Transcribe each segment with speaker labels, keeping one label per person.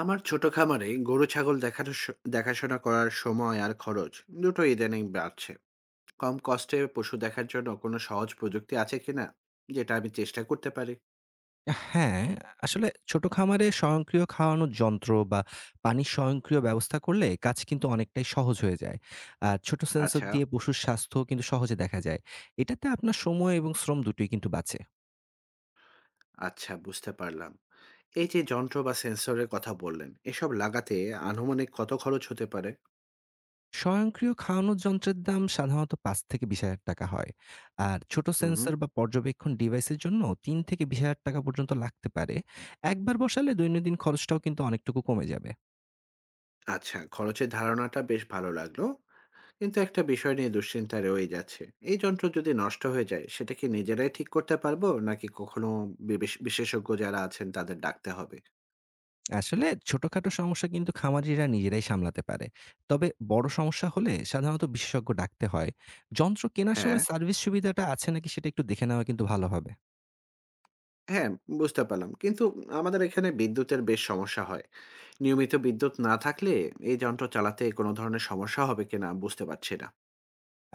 Speaker 1: আমার ছোট খামারে গরু ছাগল দেখাশোনা করার সময় আর খরচ দুটো ইদানিং বাড়ছে। কম কষ্টে পশু দেখার জন্য কোনো সহজ প্রযুক্তি আছে কিনা যেটা আমি চেষ্টা করতে পারি?
Speaker 2: হ্যাঁ, আসলে ছোট খামারে স্বয়ংক্রিয় খাওয়ানোর যন্ত্র বা পানির স্বয়ংক্রিয় ব্যবস্থা করলে কাজ কিন্তু অনেকটাই সহজ হয়ে যায়। আর ছোট সেন্সর
Speaker 1: আচ্ছা।
Speaker 2: দিয়ে পশুর স্বাস্থ্য কিন্তু সহজে দেখা যায়। এটাতে আপনার সময় এবং শ্রম দুটোই কিন্তু বাঁচে।
Speaker 1: আচ্ছা, বুঝতে পারলাম। এই যে যন্ত্র বা সেন্সরের কথা বললেন, এসব লাগাতে আনুমানিক কত খরচ হতে পারে?
Speaker 2: স্বয়ংক্রিয় খাওয়ানোর যন্ত্রের দাম সাধারণত ৫,০০০-২০,০০০ হয়। আর ছোট
Speaker 1: হুম।
Speaker 2: সেন্সর বা পর্যবেক্ষণ ডিভাইসের জন্য ৩,০০০-২০,০০০ পর্যন্ত লাগতে পারে। একবার বসালে দৈনন্দিন খরচটাও কিন্তু অনেকটুকু কমে যাবে।
Speaker 1: আচ্ছা, খরচের ধারণাটা বেশ ভালো লাগলো, কিন্তু একটা বিষয় নিয়ে দুশ্চিন্তা রয়ে যাচ্ছে। এই যন্ত্র যদি নষ্ট হয়ে যায় সেটা কি নিজেরাই ঠিক করতে পারবো, নাকি কখনো বিশেষজ্ঞ যারা আছেন তাদের ডাকতে হবে?
Speaker 2: আসলে ছোটখাটো সমস্যা কিন্তু খামারিরা নিজেরাই সামলাতে পারে। তবে বড় সমস্যা হলে সাধারণত বিশেষজ্ঞ ডাকতে হয়। যন্ত্র কেনার
Speaker 1: হ্যাঁ।
Speaker 2: সময় সার্ভিস সুবিধাটা আছে নাকি, সেটা একটু দেখে নেওয়া কিন্তু ভালো হবে।
Speaker 1: হ্যাঁ। বুঝতে পারলাম, কিন্তু আমাদের এখানে বিদ্যুতের বেশ সমস্যা হয়। নিয়মিত বিদ্যুৎ না থাকলে এই যন্ত্র চালাতে কোনো ধরনের সমস্যা হবে কিনা বুঝতে পারছি না।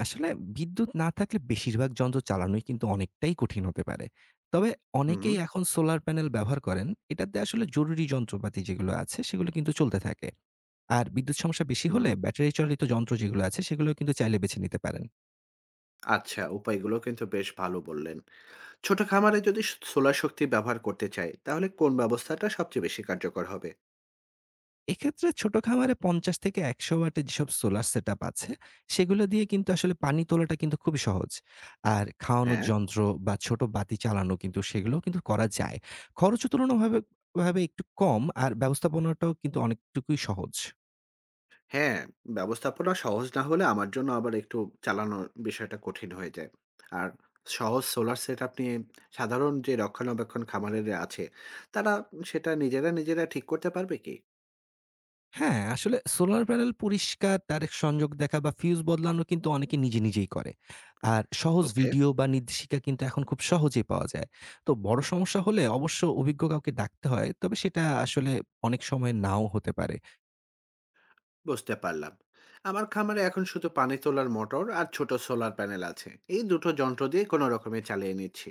Speaker 2: আসলে বিদ্যুৎ না থাকলে বেশিরভাগ যন্ত্র চালানোই কিন্তু অনেকটাই কঠিন হতে পারে। তবে অনেকেই
Speaker 1: হুম।
Speaker 2: এখন সোলার প্যানেল ব্যবহার করেন। এটাতে আসলে জরুরি যন্ত্রপাতি যেগুলো আছে, সেগুলো কিন্তু চলতে থাকে। আর বিদ্যুৎ সমস্যা বেশি
Speaker 1: হুম।
Speaker 2: হলে ব্যাটারি চালিত যন্ত্র যেগুলো আছে, সেগুলো কিন্তু চাইলে বেছে নিতে পারেন।
Speaker 1: আচ্ছা, উপায়গুলো কিন্তু বেশ ভালো বললেন। ছোট খামারে যদি সোলার শক্তি ব্যবহার করতে চাই তাহলে কোন ব্যবস্থাটা সবচেয়ে বেশি কার্যকর হবে?
Speaker 2: এক্ষেত্রে ছোট খামারে ৫০ থেকে ১০০ ওয়াটের যেসব সোলার সেটআপ আছে, সেগুলো দিয়ে কিন্তু আসলে পানি তোলাটা কিন্তু খুবই সহজ। আর খাওয়ানোর
Speaker 1: হ্যাঁ।
Speaker 2: যন্ত্র বা ছোট বাতি চালানো কিন্তু সেগুলোও কিন্তু করা যায়। খরচও ভাবে একটু কম আর ব্যবস্থাপনাটাও কিন্তু অনেকটুকুই সহজ।
Speaker 1: হ্যাঁ, ব্যবস্থাপনা সহজ না হলে আমার জন্য আবার একটু চালানোর বিষয়টা কঠিন হয়ে যায়। আর সহজ সোলার সেটআপ নিয়ে সাধারণ যে রক্ষণাবেক্ষণ খামারেরা আছে, তারা সেটা নিজেরা ঠিক করতে পারবে কি?
Speaker 2: হ্যাঁ, আসলে সোলার প্যানেল পরিষ্কার, ডাইরেক্ট সংযোগ দেখা বা ফিউজ বদলানো কিন্তু অনেকে নিজে, নিজেই করে। আর সহজ
Speaker 1: ওকে।
Speaker 2: ভিডিও বা নির্দেশিকা কিন্তু এখন খুব সহজেই পাওয়া যায়। তো বড় সমস্যা হলে অবশ্য অভিজ্ঞ কাউকে ডাকতে হয়। তবে সেটা আসলে অনেক সময় নাও হতে পারে।
Speaker 1: বুঝতে পারলাম। আমার খামারে এখন শুধু পানি তোলার মোটর আর ছোট সোলার প্যানেল আছে, এই দুটো যন্ত্র দিয়ে কোনো রকমে চালিয়ে নিচ্ছি।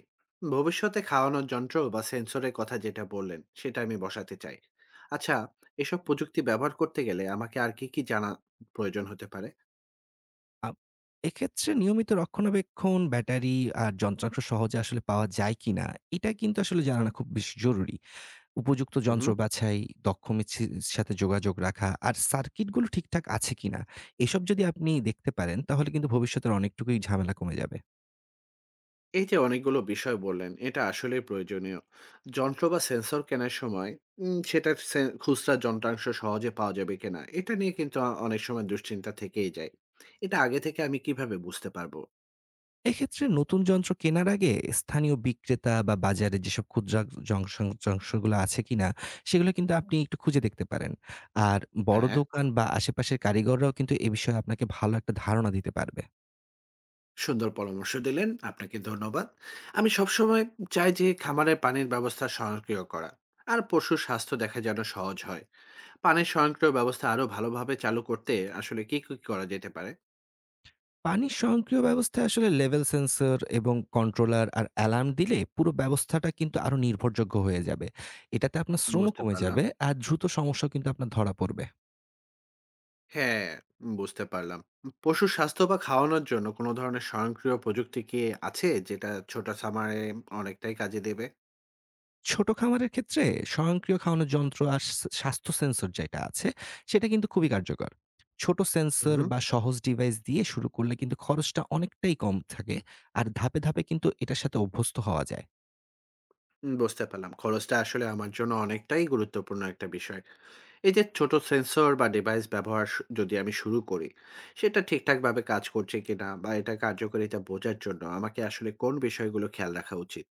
Speaker 1: ভবিষ্যতে খাওয়ানোর যন্ত্র বা সেন্সরের কথা যেটা বললেন সেটা আমি বসাতে চাই। আচ্ছা, এসব প্রযুক্তি ব্যবহার করতে গেলে আমাকে আর কি কি জানা প্রয়োজন হতে পারে?
Speaker 2: আ এক্ষেত্রে নিয়মিত রক্ষণাবেক্ষণ, ব্যাটারি আর যন্ত্রাংশ সহজে আসলে পাওয়া যায় কিনা, এটা কিন্তু আসলে জানানো খুব বেশ জরুরি। উপযুক্ত যন্ত্র
Speaker 1: হুম।
Speaker 2: বাছাই, দক্ষ মিস্ত্রির সাথে যোগাযোগ রাখা আর সার্কিটগুলো ঠিকঠাক আছে কিনা, এসব যদি আপনি দেখতে পারেন তাহলে কিন্তু ভবিষ্যতের অনেকটুকুই ঝামেলা কমে যাবে।
Speaker 1: এই যে অনেকগুলো বিষয় বললেন, এটা আসলেই প্রয়োজনীয়। যন্ত্র বা সেন্সর কেনার সময় সেটার সে খুচরা যন্ত্রাংশ সহজে পাওয়া যাবে কিনা এটা নিয়ে কিন্তু অনেক সময় দুশ্চিন্তা থেকেই যায়। এটা আগে থেকে আমি কিভাবে বুঝতে পারবো?
Speaker 2: এক্ষেত্রে নতুন যন্ত্র কেনার আগে স্থানীয় বিক্রেতা বা বাজারে যেসব খুচরা জংশন যন্ত্রগুলো আছে কিনা, সেগুলো কিন্তু আপনি একটু খুঁজে দেখতে পারেন। আর বড়
Speaker 1: হ্যাঁ,
Speaker 2: দোকান বা আশেপাশের কারিগররাও কিন্তু এ বিষয়ে আপনাকে ভালো একটা ধারণা দিতে পারবে।
Speaker 1: সুন্দর পরামর্শ দিলেন। আপনাকে ধন্যবাদ। আমি সবসময় চাই যে খামারের পানির ব্যবস্থা স্বয়ংক্রিয় করা। আর পশুর স্বাস্থ্য দেখা যেন সহজ হয়। পানির স্বয়ংক্রিয় ব্যবস্থা আরো ভালোভাবে চালু করতে আসলে কি কি করা যেতে পারে?
Speaker 2: পানির স্বয়ংক্রিয় ব্যবস্থায় আসলে লেভেল সেন্সর এবং কন্ট্রোলার আর অ্যালার্ম দিলে পুরো ব্যবস্থাটা কিন্তু আরো নির্ভরযোগ্য হয়ে যাবে। এটাতে আপনার শ্রমও
Speaker 1: বুঝতে
Speaker 2: কমে
Speaker 1: পারলাম।
Speaker 2: যাবে আর দ্রুত সমস্যা কিন্তু আপনার ধরা পড়বে।
Speaker 1: হ্যাঁ, বুঝতে পারলাম। পশুর স্বাস্থ্য বা খাওয়ানোর জন্য কোন ধরনের স্বয়ংক্রিয় প্রযুক্তি কি আছে যেটা ছোট খামারে অনেকটাই কাজে দেবে?
Speaker 2: ছোট খামারের ক্ষেত্রে স্বয়ংক্রিয় খাওয়ানোর যন্ত্র আর স্বাস্থ্য সেন্সর যেটা আছে, সেটা কিন্তু খুবই কার্যকর। ছোট সেন্সর
Speaker 1: হুম,
Speaker 2: বা সহজ ডিভাইস দিয়ে শুরু করলে কিন্তু খরচটা অনেকটাই কম থাকে। আর ধাপে, ধাপে কিন্তু এটার সাথে অভ্যস্ত হওয়া যায়।
Speaker 1: বুঝতে পারলাম। খরচটা আসলে আমার জন্য অনেকটাই গুরুত্বপূর্ণ একটা বিষয়। এই যে ছোট সেন্সর বা ডিভাইস ব্যবহার সু যদি আমি শুরু করি, সেটা ঠিকঠাকভাবে কাজ করছে কিনা বা এটার কার্যকারিতা বোঝার জন্য আমাকে আসলে কোন বিষয়গুলো খেয়াল রাখা উচিত?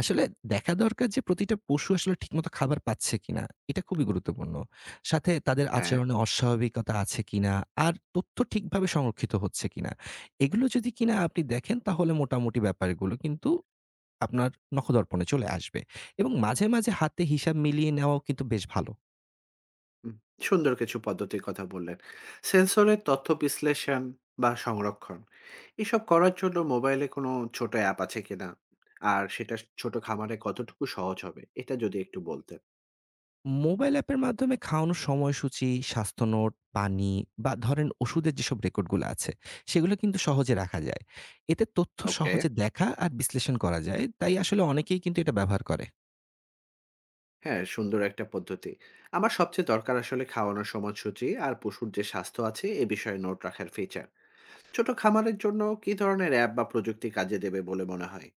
Speaker 2: আসলে দেখা দরকার যে প্রতিটা পশু আসলে ঠিকমতো খাবার পাচ্ছে কিনা। এটা খুবই গুরুত্বপূর্ণ। সাথে তাদের
Speaker 1: হ্যাঁ।
Speaker 2: আচরণে অস্বাভাবিকতা আছে কিনা, আর তথ্য ঠিকভাবে সংরক্ষিত হচ্ছে কিনা। এগুলো যদি কিনা আপনি দেখেন তাহলে মোটামুটি ব্যাপারগুলো কিন্তু আপনার নখদর্পণে চলে আসবে। এবং মাঝে, মাঝে হাতে হিসাব মিলিয়ে নেওয়াও কিন্তু বেশ ভালো।
Speaker 1: হুম, সুন্দর কিছু পদ্ধতির কথা বললেন। সেন্সরের তথ্য বিশ্লেষণ বা সংরক্ষণ, এসব করার জন্য মোবাইলে কোনো ছোট অ্যাপ আছে কিনা? আর সেটা ছোট খামারে কতটুকু সহজ হবে? এটা যদি একটু বলতেন।
Speaker 2: মোবাইল অ্যাপের মাধ্যমে খাওয়ানোর সময়সূচি, স্বাস্থ্য নোট, পানি বা ধরেন ওষুধের যেসব রেকর্ডগুলো আছে, সেগুলো কিন্তু সহজে রাখা যায়। এতে তথ্য
Speaker 1: ওকে।
Speaker 2: সহজে দেখা আর বিশ্লেষণ করা যায়। তাই আসলে অনেকেই কিন্তু এটা ব্যবহার করে।
Speaker 1: হ্যাঁ, সুন্দর একটা পদ্ধতি। আমার সবচেয়ে দরকার আসলে খাওয়ানোর সময়সূচি আর পশুর যে স্বাস্থ্য আছে এ বিষয়ে নোট রাখার ফিচার। ছোট খামারের জন্য কি ধরনের অ্যাপ বা প্রযুক্তি কাজে দেবে বলে মনে হয়?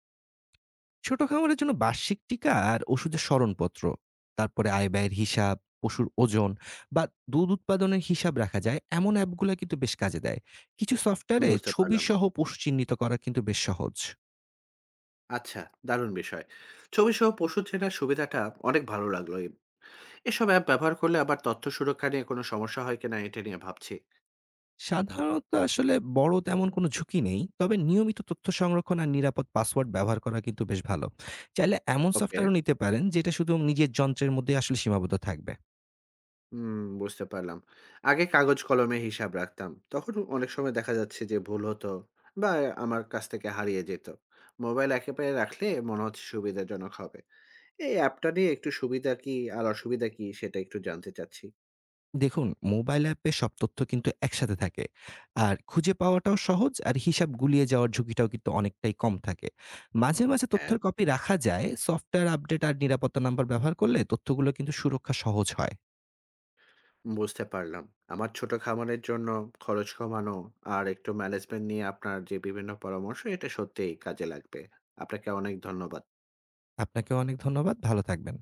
Speaker 2: ছোট খামারের জন্য বার্ষিক টিকা আর ওষুধের স্মরণপত্র, তারপরে আয়-ব্যয়ের হিসাব, পশুর ওজন বা দুধ উৎপাদনের হিসাব রাখা যায়, এমন অ্যাপগুলা কিন্তু বেশ কাজে দেয়। কিছু সফটওয়্যারে
Speaker 1: বুঝতে পারলাম।
Speaker 2: ছবিসহ পশু চিহ্নিত করা কিন্তু বেশ সহজ।
Speaker 1: আচ্ছা, দারুণ বিষয়। ছবিসহ পশু চেনার সুবিধাটা অনেক ভালো লাগলো। এই এসব অ্যাপ ব্যবহার করলে আবার তথ্য সুরক্ষা নিয়ে কোনো সমস্যা হয় কিনা এটা নিয়ে ভাবছি।
Speaker 2: সাধারণত আসলে বড় তেমন কোনো ঝুঁকি নেই। তবে নিয়মিত তথ্য সংরক্ষণ আর নিরাপদ পাসওয়ার্ড ব্যবহার করা কিন্তু বেশ ভালো। চাইলে এমন
Speaker 1: ওকে,
Speaker 2: সফটওয়্যারও নিতে পারেন যেটা শুধু নিজের যন্ত্রের মধ্যেই আসলে সীমাবদ্ধ থাকবে।
Speaker 1: হুম, বুঝতে পারলাম। আগে কাগজ কলমে হিসাব রাখতাম। তখন অনেক সময় দেখা যাচ্ছে যে ভুল হতো বা আমার কাছ থেকে হারিয়ে যেত। মোবাইল একেবারে রাখলে মনে হচ্ছে সুবিধাজনক হবে। এই অ্যাপটা নিয়ে একটু সুবিধা কি আর অসুবিধা কি সেটা একটু জানতে চাচ্ছি।
Speaker 2: দেখুন, মোবাইল অ্যাপে সব তথ্য কিন্তু একসাথে থাকে। আর খুঁজে পাওয়াটাও সহজ আর হিসাব গুলিয়ে যাওয়ার ঝুঁকিটাও কিন্তু অনেকটাই কম থাকে। মাঝে, মাঝে
Speaker 1: হ্যাঁ,
Speaker 2: তথ্যের কপি রাখা যায়। সফটওয়্যার আপডেট আর নিরাপত্তা নাম্বার ব্যবহার করলে তথ্যগুলো কিন্তু সুরক্ষা সহজ হয়।
Speaker 1: বুঝতে পারলাম। আমার ছোট খামারের জন্য খরচ কমানো আর একটু ম্যানেজমেন্ট নিয়ে আপনার যে বিভিন্ন পরামর্শ এটা সত্যিই কাজে লাগবে। আপনাকে অনেক ধন্যবাদ।
Speaker 2: আপনাকেও অনেক ধন্যবাদ। ভালো থাকবেন।